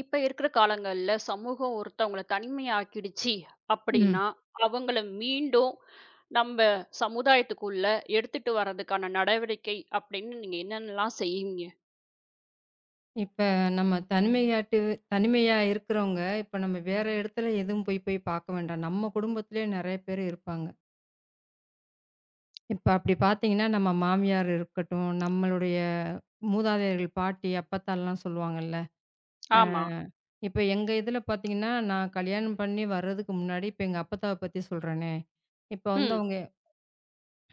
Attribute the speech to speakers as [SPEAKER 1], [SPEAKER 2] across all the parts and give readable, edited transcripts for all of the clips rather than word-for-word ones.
[SPEAKER 1] இப்ப இருக்கிற காலங்கள்ல சமூகம் ஒருத்தவங்கள தனிமையாக்கிடுச்சு
[SPEAKER 2] ம்.
[SPEAKER 1] அப்படின்னா, அவங்கள மீண்டும் நம்ப சமுதாயத்துக்குள்ள எடுத்துட்டு வரதுக்கான நடவடிக்கை அப்படின்னு நீங்க என்னென்னலாம் செய்வீங்க?
[SPEAKER 2] இப்ப நம்ம தனிமையா இருக்கிறவங்க, இப்ப நம்ம வேற இடத்துல எதுவும் போய் போய் பார்க்க வேண்டாம். நம்ம குடும்பத்திலேயே நெறைய பேர் இருப்பாங்க. இப்ப அப்படி பார்த்தீங்கன்னா, நம்ம மாமியார் இருக்கட்டும், நம்மளுடைய மூதாதையர்கள், பாட்டி, அப்பத்தாலாம் சொல்லுவாங்கல்ல. அ
[SPEAKER 1] ஆமா.
[SPEAKER 2] இப்ப எங்க இதில பார்த்தீங்கன்னா, நான் கல்யாணம் பண்ணி வர்றதுக்கு முன்னாடி, இப்ப எங்க அப்பத்தாவ பத்தி சொல்றேனே. இப்ப வந்து
[SPEAKER 1] ம்.
[SPEAKER 2] அவங்க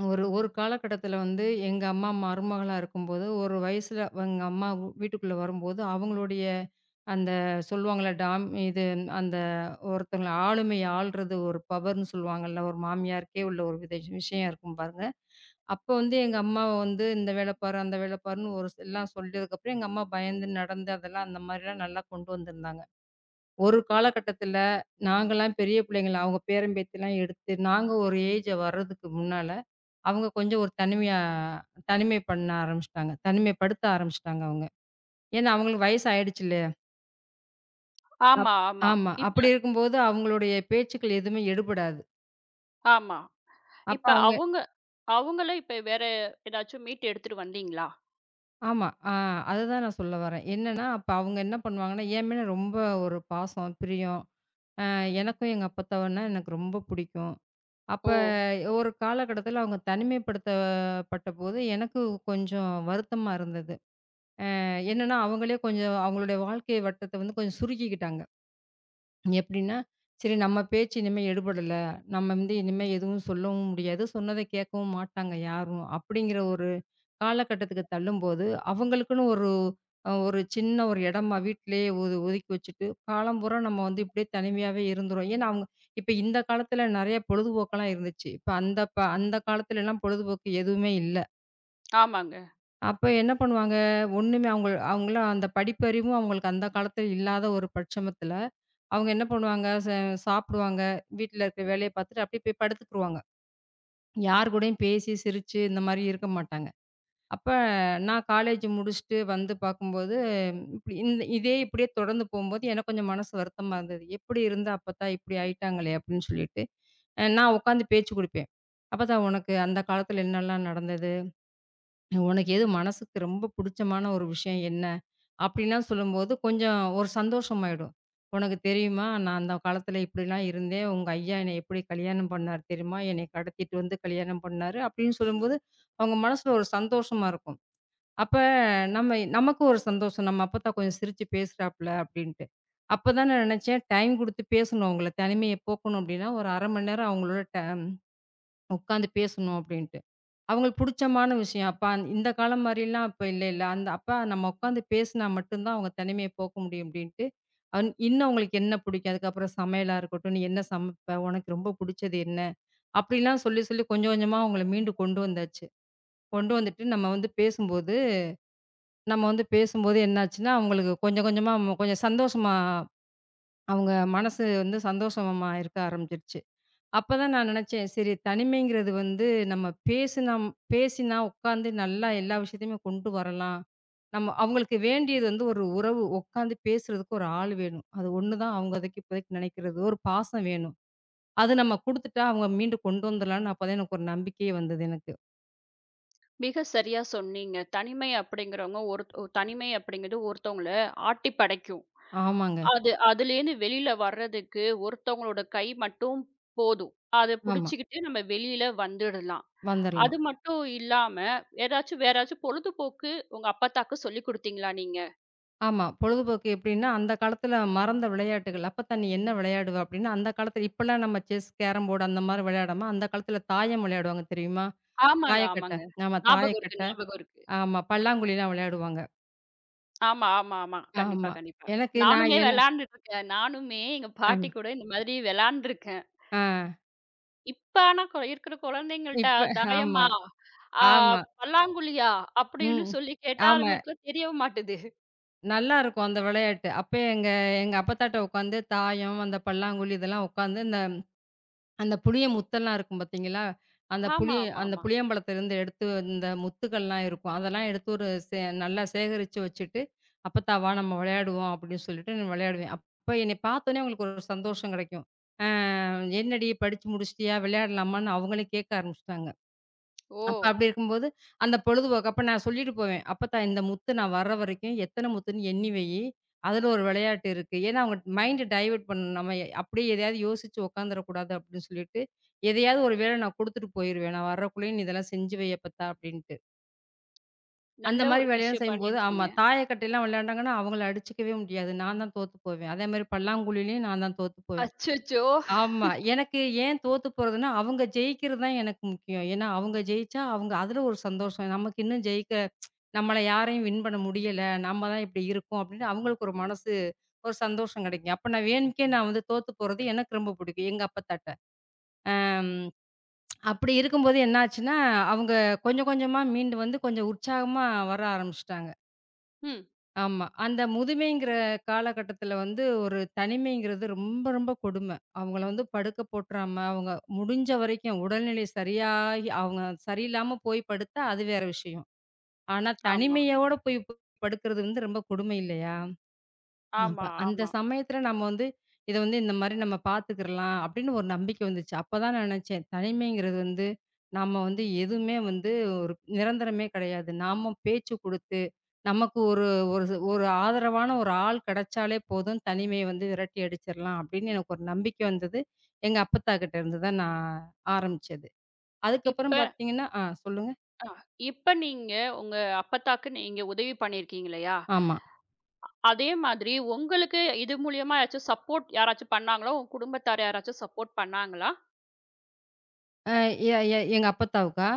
[SPEAKER 2] ஒரு ஒரு காலகட்டத்தில வந்து எங்க அம்மா மருமகளா இருக்கும்போது, ஒரு வயசுல எங்க அம்மா வீட்டுக்குள்ள வரும்போது, அவங்களுடைய அந்த சொல்லுவாங்கல்ல டாம் இது அந்த ஒருத்தவங்கள ஆளுமை ஆள்றது ஒரு பவர்ன்னு சொல்லுவாங்கல்ல, ஒரு மாமியாருக்கே உள்ள ஒரு வித விஷயம் இருக்கும் பாருங்க. அப்போ வந்து எங்க அம்மாவ வந்து இந்த வேல பாரு, அந்த வேல பாருன்னு ஒரு எல்லாம் சொல்லியதுக்கப்புறம் எங்க அம்மா பயந்து நடந்து அதெல்லாம் அந்த மாரிலாம் நல்லா கொண்டு வந்திருந்தாங்க. ஒரு காலகட்டத்தில நாங்கலாம் பெரிய பிள்ளைங்கள அவங்க பேரன் பேத்திலாம் எடுத்து, நாங்க ஒரு ஏஜ் வர்றதுக்கு முன்னால அவங்க கொஞ்சம் ஒரு தனிமையா தனிமை பண்ண ஆரம்பிச்சுட்டாங்க. தனிமைப்படுத்த ஆரம்பிச்சுட்டாங்க அவங்க. ஏன்னா அவங்களுக்கு வயசு ஆயிடுச்சு இல்லையா? அப்
[SPEAKER 1] ஆமா, ஆமா.
[SPEAKER 2] ஆமா.
[SPEAKER 1] இப்ப
[SPEAKER 2] அப்படி இருக்கும்போது அவங்களுடைய பேச்சுக்கள் எதுவுமே எடுபடாது.
[SPEAKER 1] ஆமா.
[SPEAKER 2] அப்ப
[SPEAKER 1] இப்ப
[SPEAKER 2] அவங்க
[SPEAKER 1] அவங்க அவங்கள இப்ப வேற ஏதாச்சும் மீட்டு எடுத்துட்டு வந்தீங்களா?
[SPEAKER 2] ஆமா. அததான் நான் சொல்ல வரேன். என்னன்னா, அப்ப அவங்க என்ன பண்ணுவாங்கன்னா, என் மேல ரொம்ப ஒரு பாசம், பிரியம். அ எனக்கும் எங்க அப்பத்தாவுன்னா எனக்கு ரொம்ப பிடிக்கும். அப்ப
[SPEAKER 1] ஓ!
[SPEAKER 2] ஒரு காலகட்டத்தில அவங்க தனிமைப்படுத்தப்பட்டபோது எனக்கு கொஞ்சம் வருத்தமா இருந்தது. என்னன்னா, அவங்களே கொஞ்சம் அவங்களுடைய வாழ்க்கை வட்டத்த வந்து கொஞ்சம் சுருக்கிக்கிட்டாங்க. எப்படின்னா, சரி நம்ம பேச்சு இனிமே எடுபடல. நம்ம வந்து இனிமே எதுவும் சொல்லவும் முடியாது. சொன்னத கேட்கவும் மாட்டாங்க யாரும். அப்படிங்கிற ஒரு காலகட்டத்துக்கு தள்ளும்போது, அவங்களுக்குன்னு ஒரு சின்ன ஒரு இடமா வீட்டிலேயே ஒதுக்கி வச்சுட்டு, காலம் பூரா நம்ம வந்து இப்படியே தனிமையாவே இருந்துரும். ஏன்னா, அவங்க இப்ப இந்த காலத்துல நெறைய பொழுதுபோக்கெல்லாம் இருந்துச்சு. இப்ப அந்த அந்த காலத்துலலாம் பொழுதுபோக்கு எதுவுமே இல்ல.
[SPEAKER 1] ஆமாங்க.
[SPEAKER 2] அப்ப என்ன பண்ணுவாங்க, ஒண்ணுமே அவங்க அவங்கலாம் அந்த படிப்பறிவும் அவங்களுக்கு அந்த காலத்துல இல்லாத ஒரு பட்சமத்துல, அவங்க என்ன பண்ணுவாங்க, சாப்பிடுவாங்க, வீட்ல இருக்க வேலைய பார்த்துட்டு அப்படியே போய் படுத்துக்குருவாங்க. யார் கூடயும் பேசி, சிரிச்சு இந்த மாரி இருக்க மாட்டாங்க. அப்ப நான் காலேஜ் முடிச்சுட்டு வந்து பார்க்கும்போது, ம், இப்படி இந்த இதே இப்படியே தொடர்ந்து போம்போது எனக்கு கொஞ்சம் மனசு வருத்தமா இருந்தது. எப்படி இருந்து அப்பத்தா இப்படி ஆயிட்டாங்களே அப்படின்னு சொல்லிட்டு, நான் உட்காந்து பேச்சு குடுப்பேன். "அப்பத்தா உனக்கு அந்த காலத்துல என்னலாம் நடந்தது? உனக்கு எது மனசுக்கு ரொம்ப புடிச்சமான ஒரு விஷயம் என்ன?" அப்டின்லாம் சொல்லும்போது கொஞ்சம் ஒரு சந்தோஷமாயிடும். "உனக்கு தெரியுமா? நான் அந்த காலத்துல இப்டிலாம் இருந்தேன். உங்க ஐயா என்னை எப்டி கல்யாணம் பண்ணாரு தெரியுமா? என்னை கடத்திட்டு வந்து கல்யாணம் பண்ணாரு." அப்டின்னு சொல்லும்போது அவங்க மனசுல ஒரு சந்தோஷமா இருக்கும். அப்ப நமக்கு ஒரு சந்தோஷம். நம்ம அப்பத்தா கொஞ்சம் சிரிச்சு பேசுறாப்ல அப்டின்ட்டு. அப்பதான் நான் நெனச்சேன் டைம் குடுத்து பேசணும் அவங்கள. தனிமைய போக்கணும் அப்டின்னா ஒரு 1/2 மணி நேரம் அவங்களோட உட்காந்து பேசணும் அப்டின்ட்டு. அவங்களுக்கு புடிச்சமான விஷயம். அப்ப இந்த காலம் மாரிலாம் அப்ப இல்லைல்ல. அந்த அப்ப நம்ம உட்காந்து பேசினா மட்டும் தான் அவங்க தனிமைய போக்க முடியும் அப்டின்ட்டு, இன்னும் உங்களுக்கு என்ன பிடிக்கும்? அதுக்கப்புறம் சமையலா இருக்கட்டும், "நீ என்ன சமைப்ப? உனக்கு ரொம்ப புடிச்சது என்ன?" அப்டிலாம் சொல்லி சொல்லி கொஞ்சம் கொஞ்சமா அவங்கள மீண்டு கொண்டு வந்தாச்சு. கொண்டு வந்துட்டு நம்ம வந்து பேசும்போது என்னாச்சுன்னா, அவங்களுக்கு கொஞ்சம் கொஞ்சமா கொஞ்சம் சந்தோஷமா அவங்க மனசு வந்து சந்தோஷமா இருக்க ஆரம்பிச்சுருச்சு. அப்பதான் நான் நினைச்சேன், சரி தனிமைங்கிறது வந்து நம்ம பேசினா உட்காந்து நல்லா எல்லா விஷயத்தையுமே கொண்டு வரலாம். நம்ம அவங்களுக்கு வேண்டியது வந்து ஒரு உறவு. உட்காந்து பேசுறதுக்கு ஒரு ஆள் வேணும். அது ஒண்ணுதான் அவங்க அதுக்கு இப்போதைக்கு நினைக்கிறது. ஒரு பாசம் வேணும். அது நம்ம குடுத்துட்டா அவங்க மீண்டும் கொண்டு வந்துடலாம்னு அப்பதான் எனக்கு ஒரு நம்பிக்கையே வந்தது எனக்கு.
[SPEAKER 1] மிக சரியா சொன்னீங்க. தனிமை அப்படிங்கிறது ஒருத்தவங்கள ஆட்டிப்படைக்கும்.
[SPEAKER 2] ஆமாங்க.
[SPEAKER 1] அதுலேருந்து வெளியில வர்றதுக்கு ஒருத்தவங்களோட கை மட்டும் போதும். அத
[SPEAKER 2] ஆமா.
[SPEAKER 1] புடிச்சுக்கிட்டு நம்ம வெளியில வந்துடலாம். அது
[SPEAKER 2] வந்துரலாம்.
[SPEAKER 1] மட்டும் இல்லாம, வேற ஏதாச்சும் பொழுதுபோக்கு உங்க அப்பத்தாக்கு சொல்லிக் குடுத்தீங்களா நீங்க?
[SPEAKER 2] ஆமா. பொழுதுபோக்கு எப்படின்னா, அந்த காலத்துல மறந்த விளையாட்டுகள். "அப்பத்தா நீ என்ன விளையாடுவ?" அப்படின்னா, அந்த காலத்துல இப்பலாம் நம்ம செஸ், கேரம் போர்டு அந்த மாரி விளையாடாம, அந்த காலத்துல தாயம் விளையாடுவாங்க தெரியுமா?
[SPEAKER 1] ஆமாங்க,
[SPEAKER 2] தாயக்கட்ட.
[SPEAKER 1] ஆமாங்க.
[SPEAKER 2] ஆமா
[SPEAKER 1] ஞாபகம்
[SPEAKER 2] தாயக்கட்ட.
[SPEAKER 1] இருக்கு, ஞாபகம் இருக்கு.
[SPEAKER 2] ஆமா. பல்லாங்குழிலாம் விளையாடுவாங்க.
[SPEAKER 1] ஆமா, ஆமா, ஆமா. கண்டிப்பா,
[SPEAKER 2] ஆமா.
[SPEAKER 1] கண்டிப்பா.
[SPEAKER 2] எனக்கு நான்
[SPEAKER 1] நானுமே
[SPEAKER 2] என்ன
[SPEAKER 1] விளையாண்டுட்டுருக்கேன். நானுமே எங்க
[SPEAKER 2] அம்.
[SPEAKER 1] பாட்டி கூட இந்த மாதிரி விளையாண்டுருக்கேன்.
[SPEAKER 2] ஆ
[SPEAKER 1] இப்ப ஆனா இருக்கிற குழந்தைங்கள்ட்ட
[SPEAKER 2] இப்ப ஆமா,
[SPEAKER 1] தாயமா, ஆ
[SPEAKER 2] ஆமா.
[SPEAKER 1] பல்லாங்குழியா அப்படின்னு
[SPEAKER 2] ம்.
[SPEAKER 1] சொல்லி கேட்டா,
[SPEAKER 2] ஆமா.
[SPEAKER 1] அதுங்களுக்குலாம் தெரிய மாட்டுது.
[SPEAKER 2] நல்லாருக்கும் அந்த விளையாட்டு. அப்பயே எங்க எங்க அப்பத்தாட்ட உட்காந்து தாயம், அந்த பல்லாங்குழி இதெல்லாம் உட்காந்து இந்த அந்த புளிய முத்தெல்லாம் இருக்கும் பார்த்தீங்களா? அந்த
[SPEAKER 1] ஆமா,
[SPEAKER 2] புளிய
[SPEAKER 1] ஆமா,
[SPEAKER 2] அந்த
[SPEAKER 1] ஆமா.
[SPEAKER 2] புளியம்பழத்திலிருந்து எடுத்து இந்த முத்துக்கள்லாம் இருக்கும். அதெல்லாம் எடுத்து ஒரு நல்லா சேகரிச்சு வச்சுட்டு, "அப்பத்தா வா நம்ம விளையாடுவோம்" அப்படின்னு சொல்லிட்டு நான் விளையாடுவேன். அப்ப என்னைய பார்த்தோனே அவங்களுக்கு ஒரு சந்தோஷம் கிடைக்கும். "என்னடி படிச்சு முடிச்சுட்டியா? விளையாடலாமான்னு?" அவங்களே கேட்க ஆரம்பிச்சுட்டாங்க.
[SPEAKER 1] ஓ!
[SPEAKER 2] அப்ப அப்படி இருக்கும்போது, அந்த பொழுதுபோக்கு அப்ப நான் சொல்லிட்டு போவேன். "அப்பத்தா இந்த முத்து நான் வர்ற வரைக்கும் எத்தன முத்துன்னு எண்ணி வையி. அதுல ஒரு விளையாட்டு இருக்கு." ஏன்னா அவங்க மைண்ட் டைவர்ட் பண்ணணும். நம்ம அப்படியே எதையாவது யோசிச்சு உட்காந்துறக்கூடாது அப்படின்னு சொல்லிட்டு, எதையாவது ஒரு வேலை நான் குடுத்துட்டு போயிருவேன். "நான் வர்றக்குள்ளயும் நீ இதெல்லாம் செஞ்சு வை அப்பத்தா" அப்படின்ட்டு. அந்த
[SPEAKER 1] நல்ல
[SPEAKER 2] மாரி
[SPEAKER 1] ஒரு
[SPEAKER 2] வேலையெல்லாம்
[SPEAKER 1] விஷயம்
[SPEAKER 2] செய்யும்போது ஆமா,
[SPEAKER 1] பண்ணியிருக்கீங்க.
[SPEAKER 2] தாயக்கட்டைலாம் விளையாண்டாங்கன்னா, அவங்கள அடிச்சுக்கவே முடியாது. நான் தான் தோத்து போவேன். அதேமாரி பல்லாங்குழிலயும் நான் தான் தோத்து போவேன்.
[SPEAKER 1] அச்சச்சோ!
[SPEAKER 2] ஆமா. எனக்கு ஏன் தோத்து போறதுன்னா, அவங்க ஜெயிக்கிறது தான் எனக்கு முக்கியம். ஏன்னா, அவங்க ஜெயிச்சா அவங்க அதுல ஒரு சந்தோஷம். நமக்கு இன்னும் ஜெயிக்க நம்மள யாரையும் வின் பண்ண முடியல. நம்ம தான் இப்படி இருக்கோம் அப்படின்னு அவங்களுக்கு ஒரு மனசு ஒரு சந்தோஷம் கிடைக்கும். அப்ப நான் வேணும்க்கே நான் வந்து தோத்து போறது எனக்கு ரொம்ப பிடிக்கும். எங்க அப்பத்தாட்ட. ம். அப்படி இருக்கும்போது என்னாச்சுன்னா, அவங்க கொஞ்சம் கொஞ்சமா மீண்டு வந்து கொஞ்சம் உற்சாகமா வர ஆரம்பிச்சுட்டாங்க.
[SPEAKER 1] ம்.
[SPEAKER 2] ஆமா. அந்த முதுமைங்கிற காலகட்டத்தில வந்து ஒரு தனிமைங்கிறது ரொம்ப, ரொம்ப கொடும. அவங்கள வந்து படுக்க போட்டுறாம, அவங்க முடிஞ்ச வரைக்கும் உடல்நிலை சரியாகி அவங்க சரியில்லாம போய் படுத்தா அது வேற விஷயம். ஆனா,
[SPEAKER 1] ஆமா,
[SPEAKER 2] தனிமையோட போய் படுக்கிறது வந்து ரொம்ப கொடுமை இல்லையா?
[SPEAKER 1] ஆமா,
[SPEAKER 2] அப்ப அந்த
[SPEAKER 1] ஆமா.
[SPEAKER 2] சமயத்துல நம்ம வந்து, இத வந்து இந்த மாரி நம்ம பாத்துக்கிறலாம் அப்படின்னு ஒரு நம்பிக்கை வந்துச்சு. அப்பதான் நான் நெனச்சேன், தனிமைங்கிறது வந்து நம்ம வந்து எதுவுமே வந்து ஒரு நிரந்தரமே கெடையாது. நாம பேச்சு குடுத்து, நமக்கு ஒரு ஒரு ஒரு ஆதரவான ஒரு ஆள் கெடைச்சாலே போதும், தனிமைய வந்து விரட்டி அடிச்சிரலாம் அப்படின்னு எனக்கு ஒரு நம்பிக்கை வந்தது. எங்க அப்பத்தா கிட்ட இருந்து தான் நான் ஆரம்பிச்சது.
[SPEAKER 1] இப்ப
[SPEAKER 2] அதுக்கப்புறம் பாத்தீங்கன்னா ஆ சொல்லுங்க.
[SPEAKER 1] அ இப்ப நீங்க உங்க அப்பத்தாக்கு நீங்க உதவி பண்ணியிருக்கீங்க இல்லையா?
[SPEAKER 2] ஆமா.
[SPEAKER 1] அதே மாதிரி உங்களுக்கு இது மூலியமா யாராச்சும் பண்ணாங்களா? உங்க குடும்பத்தார் யாராச்சும் சப்போர்ட் பண்ணாங்களா?
[SPEAKER 2] அ எ எ எங்க அப்பத்தாவுக்கா?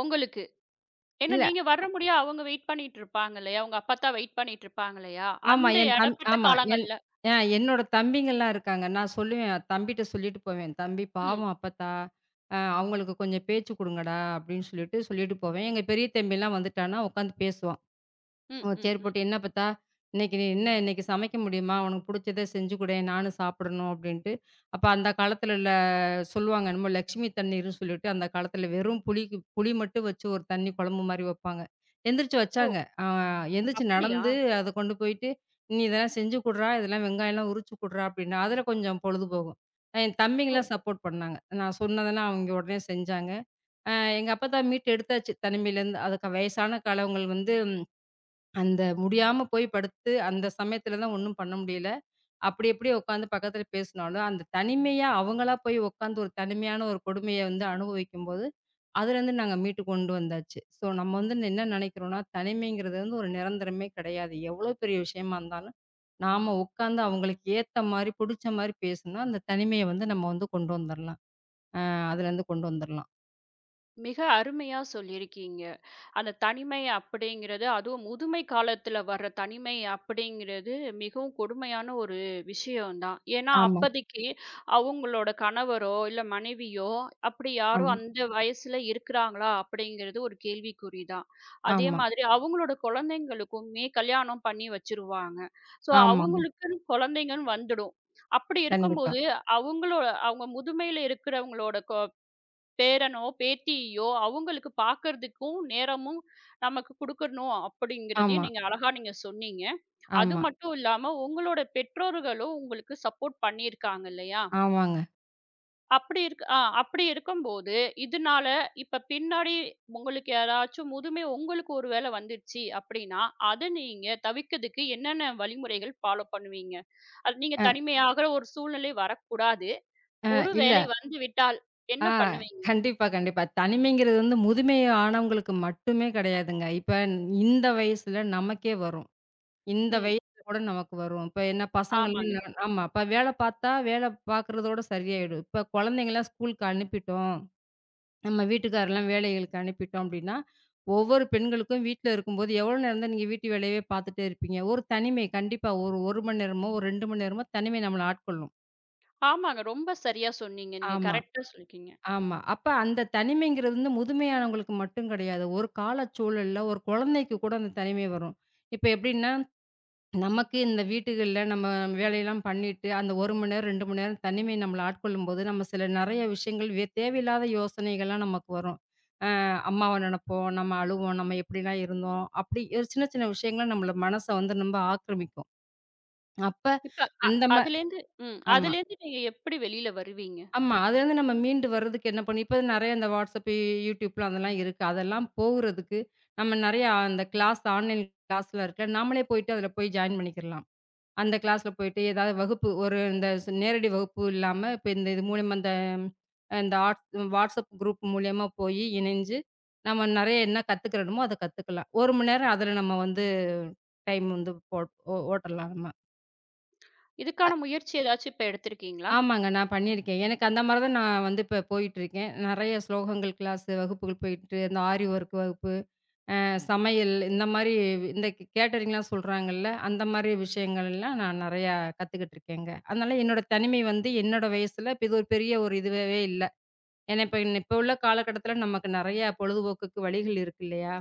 [SPEAKER 1] உங்களுக்கு. ஏன்னா நீங்க வர முடிய அவங்க வெயிட் பண்ணிட்டு இருப்பாங்க இல்லையா? உங்க அப்பத்தா வெயிட் பண்ணிட்டு இருப்பாங்க இல்லையா?
[SPEAKER 2] ஆமா.
[SPEAKER 1] அந்த
[SPEAKER 2] என் தம்
[SPEAKER 1] இடைப்பட்ட
[SPEAKER 2] ஆமா.
[SPEAKER 1] காலங்கள்ல.
[SPEAKER 2] என்னோட தம்பிங்கலாம் இருக்காங்க. நான் சொல்லுவேன், தம்பிட்ட சொல்லிட்டு போவேன். "தம்பி
[SPEAKER 1] ம்,
[SPEAKER 2] பாவம் அப்பத்தா, அவங்களுக்கு கொஞ்சம் பேச்சு குடுங்கடா" அப்படின்னு சொல்லிட்டு, சொல்லிட்டு போவேன். எங்க பெரிய தம்பிலாம் வந்துட்டான்னா, உட்காந்து பேசுவான்.
[SPEAKER 1] ம்,
[SPEAKER 2] ஓ!
[SPEAKER 1] ம்,
[SPEAKER 2] சரி
[SPEAKER 1] ம்.
[SPEAKER 2] போட்டு என்ன பார்த்தா, "இன்னைக்கு நீ என்ன இன்னைக்கு சமைக்க முடியுமா? உனக்கு புடிச்சத செஞ்சு குடேன், நானும் சாப்பிடணும்." அப்படின்ட்டு. அப்ப அந்த காலத்துல உள்ள சொல்லுவாங்க, என்னமோ லக்ஷ்மி தண்ணீர்ன்னு சொல்லிட்டு, அந்த காலத்துல வெறும் புளிக்கு புளி மட்டும் வச்சு ஒரு தண்ணி குழம்பு மாரி வப்பாங்க. எந்திரிச்சு
[SPEAKER 1] ஓ!
[SPEAKER 2] வச்சாங்க. அ எந்திரிச்சு
[SPEAKER 1] அப்படியா?
[SPEAKER 2] நடந்து அத கொண்டு போயிட்டு, "நீ இதெல்லாம் செஞ்சு குட்றா, இதெல்லாம் வெங்காயம்லாம் உரிச்சு குட்றா" அப்படின்னா, அதுல கொஞ்சம் பொழுது போகும். என் தம்பிங்கலாம்
[SPEAKER 1] ஓ!
[SPEAKER 2] சப்போர்ட் பண்ணாங்க. நான் சொன்னதெல்லாம் அவிங்க உடனே செஞ்சாங்க. அ எங்க அப்பத்தான் மீட்டு எடுத்தாச்சு தனிமையிலேருந்து. அதுக்கு வயசான காலங்கள் வந்து அந்த முடியாம போய் படுத்து, அந்த சமயத்துல தான் ஒண்ணும் பண்ண முடியல. அப்படி இப்படி உட்காந்து பக்கத்துல பேசினாலும், அந்த தனிமையா அவங்களா போய் உட்காந்து ஒரு தனிமையான ஒரு கொடுமைய வந்து அனுபவிக்கும்போது, அதுலேருந்து நாங்க மீட்டு கொண்டு வந்தாச்சு. ஸோ நம்ம வந்து என்ன நினைக்கிறோம்னா, தனிமைங்கிறது வந்து ஒரு நிரந்தரமே கிடையாது. எவ்வளோ பெரிய விஷயமா இருந்தாலும், நாம உட்காந்து அவங்களுக்கு ஏத்த மாரி, புடிச்ச மாரி பேசுனா, அந்த தனிமைய வந்து நம்ம வந்து கொண்டு வந்துரலாம். அதுலேருந்து கொண்டு வந்துரலாம்.
[SPEAKER 1] மிக அருமையா சொல்லியிருக்கீங்க. அந்த தனிமை அப்படிங்கிறது, அதுவும் முதுமை காலத்துல வர்ற தனிமை அப்படிங்கிறது மிகவும் கொடுமையான ஒரு விஷயம் தான். ஏன்னா,
[SPEAKER 2] ஆமா,
[SPEAKER 1] அப்பதைக்கு அவங்களோட கணவரோ, இல்ல மனைவியோ அப்படி
[SPEAKER 2] ஆமா,
[SPEAKER 1] யாரும் அந்த வயசுல இருக்கிறாங்களா? அப்படிங்கிறது ஒரு கேள்விக்குறி தான். அதே
[SPEAKER 2] ஆமா,
[SPEAKER 1] மாதிரி அவங்களோட குழந்தைங்களுக்குமே கல்யாணம் பண்ணி வச்சுருவாங்க. ஸோ,
[SPEAKER 2] ஆமாங்க.
[SPEAKER 1] அவங்களுக்குன்னு குழந்தைங்கன்னு வந்துடும். அப்படி
[SPEAKER 2] கண்டிப்பா.
[SPEAKER 1] இருக்கும்போது, அவங்களோ அவங்க முதுமையில இருக்கிறவங்களோட பேரனோ, பேத்தியோ அவங்களுக்கு பார்க்கறதுக்கும் நேரமும் நமக்கு குடுக்கணும்
[SPEAKER 2] ஆமா,
[SPEAKER 1] அப்படிங்கிறதையும் நீங்க அழகா சொன்னீங்க. அது
[SPEAKER 2] ஆமா,
[SPEAKER 1] மட்டும் இல்லாம உங்களோட பெற்றோர்களும் உங்களுக்கு சப்போர்ட் பண்ணியிருக்காங்க இல்லையா?
[SPEAKER 2] ஆமாங்க.
[SPEAKER 1] அப்படி இருக்கும்போது, இதனால இப்ப பின்னாடி உங்களுக்கு யாராச்சும் முதுமை உங்களுக்கு ஒரு வேளை வந்துடுச்சு அப்படின்னா, அத நீங்க தவிர்க்கிறதுக்கு என்னென்ன வழிமுறைகள் ஃபாலோ பண்ணுவீங்க? அது நீங்க
[SPEAKER 2] அ,
[SPEAKER 1] தனிமையாகுற ஒரு சூழ்நிலை வரக்கூடாது.
[SPEAKER 2] அ
[SPEAKER 1] ஒரு
[SPEAKER 2] இல்ல
[SPEAKER 1] வேளை வந்து விட்டால்
[SPEAKER 2] ஆ,
[SPEAKER 1] என்ன பண்ணுவீங்க?
[SPEAKER 2] கண்டிப்பா, கண்டிப்பா. தனிமைங்கிறது வந்து முதுமை ஆனவங்களுக்கு மட்டுமே கிடையாதுங்க. இப்ப இந்த வயசுல நமக்கே வரும். இந்த
[SPEAKER 1] ம்.
[SPEAKER 2] வயசுல கூட நமக்கு வரும். இப்ப என்ன பசங்கள்லாம்
[SPEAKER 1] ஆமாங்க.
[SPEAKER 2] ஆமா. இப்ப வேலை பார்த்தா, வேலை பார்க்குறதோட சரியாயிடும். இப்ப குழந்தைங்கலாம் ஸ்கூலுக்கு அனுப்பிட்டோம். நம்ம வீட்டுக்காரர்லாம் வேலைகளுக்கு அனுப்பிட்டோம் அப்டின்னா, ஒவ்வொரு பெண்களுக்கும் வீட்ல இருக்கும்போது எவ்வளோ நேரம் தான் நீங்க வீட்டு வேலையவே பார்த்துட்டே இருப்பீங்க? ஒரு தனிமை கண்டிப்பா ஒரு 1 மணி நேரமோ, ஒரு 2 மணி நேரமோ தனிமை நம்மள ஆட்கொள்ளும்.
[SPEAKER 1] ஆமாங்க. ரொம்ப சரியா சொன்னீங்க. நீங்க
[SPEAKER 2] ஆமா.
[SPEAKER 1] கரெக்ட்டா சொல்லிருக்கீங்க.
[SPEAKER 2] ஆமா. அப்ப அந்த தனிமைங்கிறது வந்து முதுமையானவங்களுக்கு மட்டும் கிடையாது. ஒரு காலச்சூழல்ல ஒரு குழந்தைக்கு கூட அந்த தனிமை வரும். இப்ப எப்படின்னா, நமக்கு இந்த வீட்டுகள்ல நம்ம வேலையெல்லாம் பண்ணிட்டு, அந்த 1 மணி நேரம், 2 மணி நேரம் தனிமை நம்மள ஆட்கொள்ளும்போது, நம்ம சில நிறைய விஷயங்கள் தேவையில்லாத யோசனைகள்லாம் நமக்கு வரும். அ அம்மாவ நினைப்போம், நம்ம அழுவோம், நம்ம எப்படிலாம் இருந்தோம், அப்படி ஒரு சின்ன சின்ன விஷயங்கள் நம்மள மனச வந்து ரொம்ப ஆக்கிரமிக்கும். அப்ப
[SPEAKER 1] இப்ப அ
[SPEAKER 2] அந்த மா
[SPEAKER 1] அதுலேருந்து. ம்.
[SPEAKER 2] ஆமா.
[SPEAKER 1] அதுலேருந்து நீங்க எப்படி வெளியில வருவீங்க?
[SPEAKER 2] ஆமா. அதுலேருந்து நம்ம மீண்டு வர்றதுக்கு என்ன பண்ணி இப்ப நெறைய இந்த WhatsApp, YouTubeலாம் அதெல்லாம் இருக்கு. அதெல்லாம் போகுறதுக்கு நம்ம நெறையா அந்த கிளாஸ் ஆன்லைன் கிளாஸ்லாம் இருக்குல, நாமளே போயிட்டு அதில போய் ஜாயின் பண்ணிக்கிறலாம். அந்த கிளாஸ்ல போயிட்டு ஏதாவது வகுப்பு ஒரு இந்த நேரடி வகுப்பு இல்லாம இப்ப இந்த இது மூலியமா இந்த இந்த ஆட் WhatsApp குரூப் மூலியமா போய் இணைஞ்சு, நம்ம நெறைய என்ன கத்துக்கிறோமோ அத கத்துக்கலாம். 1 மணி நேரம் அதில நம்ம வந்து டைம் வந்து போட் ஓ ஓட்டலாம் நம்ம.
[SPEAKER 1] இதுக்கான முயற்சி ஏதாச்சும் இப்ப எடுத்திருக்கீங்களா?
[SPEAKER 2] ஆமாங்க. நான் பண்ணியிருக்கேன். எனக்கு அந்த மாரி தான் நான் வந்து இப்ப போயிட்டுருக்கேன். நெறைய ஸ்லோகங்கள் கிளாஸ் வகுப்புகள் போயிட்டு, இந்த ஆரி ஒர்க் வகுப்பு, சமையல் இந்த மாரி இந்த கேட்டரிங்லாம் சொல்றாங்கல்ல, அந்த மாரி விஷயங்கள்லாம் நான் நெறையா கத்துக்கிட்டு இருக்கேங்க. அதனால என்னோட தனிமை வந்து என்னோட வயசுல இது ஒரு பெரிய ஒரு இதுவாவே இல்ல. ஏன்னா இப்ப இப்ப உள்ள காலகட்டத்தில நமக்கு நெறைய பொழுதுபோக்குக்கு வழிகள் இருக்கு இல்லையா?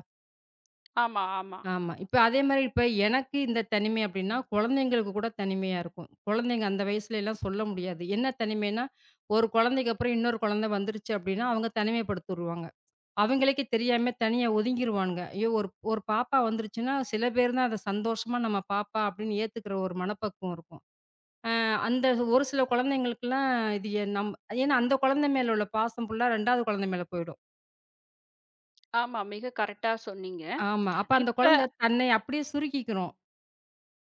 [SPEAKER 1] ஆமா, ஆமா.
[SPEAKER 2] ஆமா. இப்ப அதே மாரி இப்ப எனக்கு இந்த தனிமை அப்டின்னா, குழந்தைங்களுக்கு கூட தனிமையா இருக்கும். குழந்தைங்க அந்த வயசுலலாம் சொல்ல முடியாது. என்ன தனிமைன்னா, ஒரு குழந்தைக்கு அப்புறம் இன்னொரு குழந்தை வந்துருச்சு அப்டின்னா, அவங்க தனிமைப்படுத்திருவாங்க. அவங்களுக்கே தெரியாம தனியா ஒதுங்கிருவானுங்க. ஐயோ! ஒரு ஒரு பாப்பா வந்துருச்சுன்னா, சில பேர் தான் அத சந்தோஷமா நம்ம பாப்பா அப்டின்னு ஏத்துக்கிற ஒரு மனப்பக்குவம் இருக்கும். அ அந்த ஒரு சில குழந்தைங்களுக்குலாம் இது எ நம் ஏன்னா அந்த குழந்தை மேல உள்ள பாசம் ஃபுல்லா 2வது குழந்தை மேல போயிடும்.
[SPEAKER 1] ஆமா. மிக கரெக்ட்டா சொன்னீங்க.
[SPEAKER 2] ஆமா. அப்ப அந்த
[SPEAKER 1] இப்ப
[SPEAKER 2] குழந்தை தன்னை அப்டியே சுருக்கிக்கிரும்.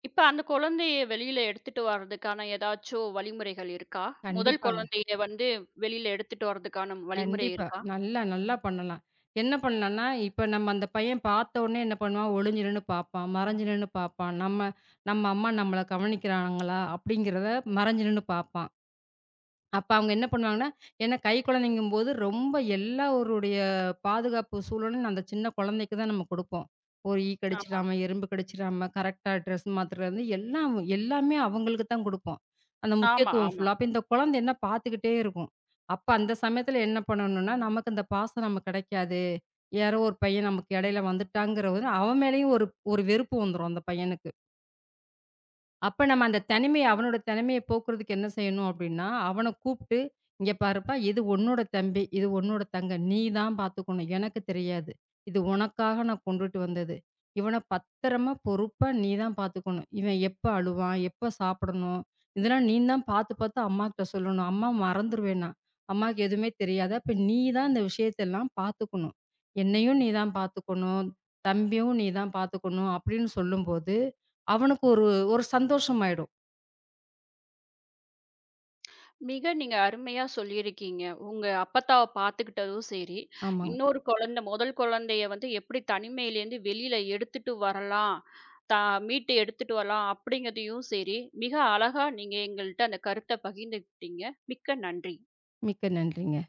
[SPEAKER 1] இப்ப அந்த குழந்தைய வெளியில எடுத்துட்டு வர்றதுக்கான ஏதாச்சும் வழிமுறைகள் இருக்கா? முதல்
[SPEAKER 2] கண்டிப்பாங்க.
[SPEAKER 1] குழந்தைய வந்து வெளியில எடுத்துட்டு வர்றதுக்கான வழிமுறை
[SPEAKER 2] கண்டிப்பா.
[SPEAKER 1] இருக்கா?
[SPEAKER 2] நல்லா, நல்லா பண்ணலாம். என்ன பண்ணலான்னா, இப்ப நம்ம அந்த பையன் பார்த்த உடனே என்ன பண்ணுவான், ஒளிஞ்சு நின்னு பார்ப்பான், மறைஞ்சு நின்னு பார்ப்பான். நம்ம நம்ம அம்மா நம்மள கவனிக்கிறாங்களா அப்படிங்கிறத மறைஞ்சு நின்னு பார்ப்பான். அப்ப அவங்க என்ன பண்ணுவாங்கன்னா, ஏன்னா கை குழந்தைங்கும்போது ரொம்ப எல்லாருடைய பாதுகாப்பு சூழலும் அந்த சின்ன குழந்தைக்கு தான் நம்ம குடுப்போம். ஒரு ஈ
[SPEAKER 1] ஆமா.
[SPEAKER 2] கடிச்சிடாம, எறும்பு கடிச்சிடாம, கரெக்ட்டா ட்ரெஸ் மாத்துறதுலருந்து எல்லாம் எல்லாமே அவங்களுக்கு தான் குடுப்போம். அந்த
[SPEAKER 1] ஆமா,
[SPEAKER 2] முக்கியத்துவம்
[SPEAKER 1] ஆமா.
[SPEAKER 2] ஃபுல்லா. அப்ப இந்த குழந்தை என்ன பார்த்துக்கிட்டே இருக்கும். அப்ப அந்த சமயத்துல என்ன பண்ணணும்னா, நமக்கு இந்த பாசம் நம்ம கிடைக்காது. யாரோ ஒரு பையன் நமக்கு இடையில வந்துட்டாங்கிற ஒரு அவன் மேலயும் ஒரு ஒரு வெறுப்பு வந்துரும் அந்த பையனுக்கு. அப்ப நம்ம அந்த தனிமைய அவனோட தனிமைய போக்குறதுக்கு என்ன செய்யணும் அப்டின்னா, அவன கூப்ட்டு, "இங்க பாருப்பா, இது உன்னோட தம்பி, இது உன்னோட தங்க. நீ தான் பாத்துக்கணும். எனக்கு தெரியாது. இது உனக்காக நான் கொண்டுட்டு வந்தது. இவன பத்திரமா, பொறுப்பா நீ தான் பாத்துக்கணும். இவன் எப்ப அழுவான், எப்ப சாப்பிடணும், இதெல்லாம் நீ தான் பாத்து, பாத்து அம்மாகிட்ட சொல்லணும். அம்மா மறந்துருவேணாம். அம்மாக்கு எதுவுமே தெரியாது. அப்ப நீ தான் இந்த விஷயத்தெல்லாம் பாத்துக்கணும். என்னையும் நீ தான் பாத்துக்கணும். தம்பியும் நீ தான் பாத்துக்கணும்" அப்டின்னு சொல்லும்போது அவனுக்கு ஒரு ஒரு சந்தோஷமாயிடும்.
[SPEAKER 1] மிக நீங்க அருமையா சொல்லியிருக்கீங்க. உங்க அப்பத்தாவ பார்த்துக்கிட்டதும் சரி,
[SPEAKER 2] ஆமாங்க.
[SPEAKER 1] இன்னொரு குழந்தை முதல் குழந்தைய வந்து எப்படி தனிமையிலேருந்து வெளியில எடுத்துட்டு வரலாம், தா மீட்டு எடுத்துட்டு வரலாம் அப்படிங்கிறதையும் சரி, மிக அழகா நீங்க எங்கள்ட்ட அந்த கருத்த பகிர்ந்துக்கிட்டீங்க. மிக்க நன்றி.
[SPEAKER 2] மிக்க நன்றிங்க.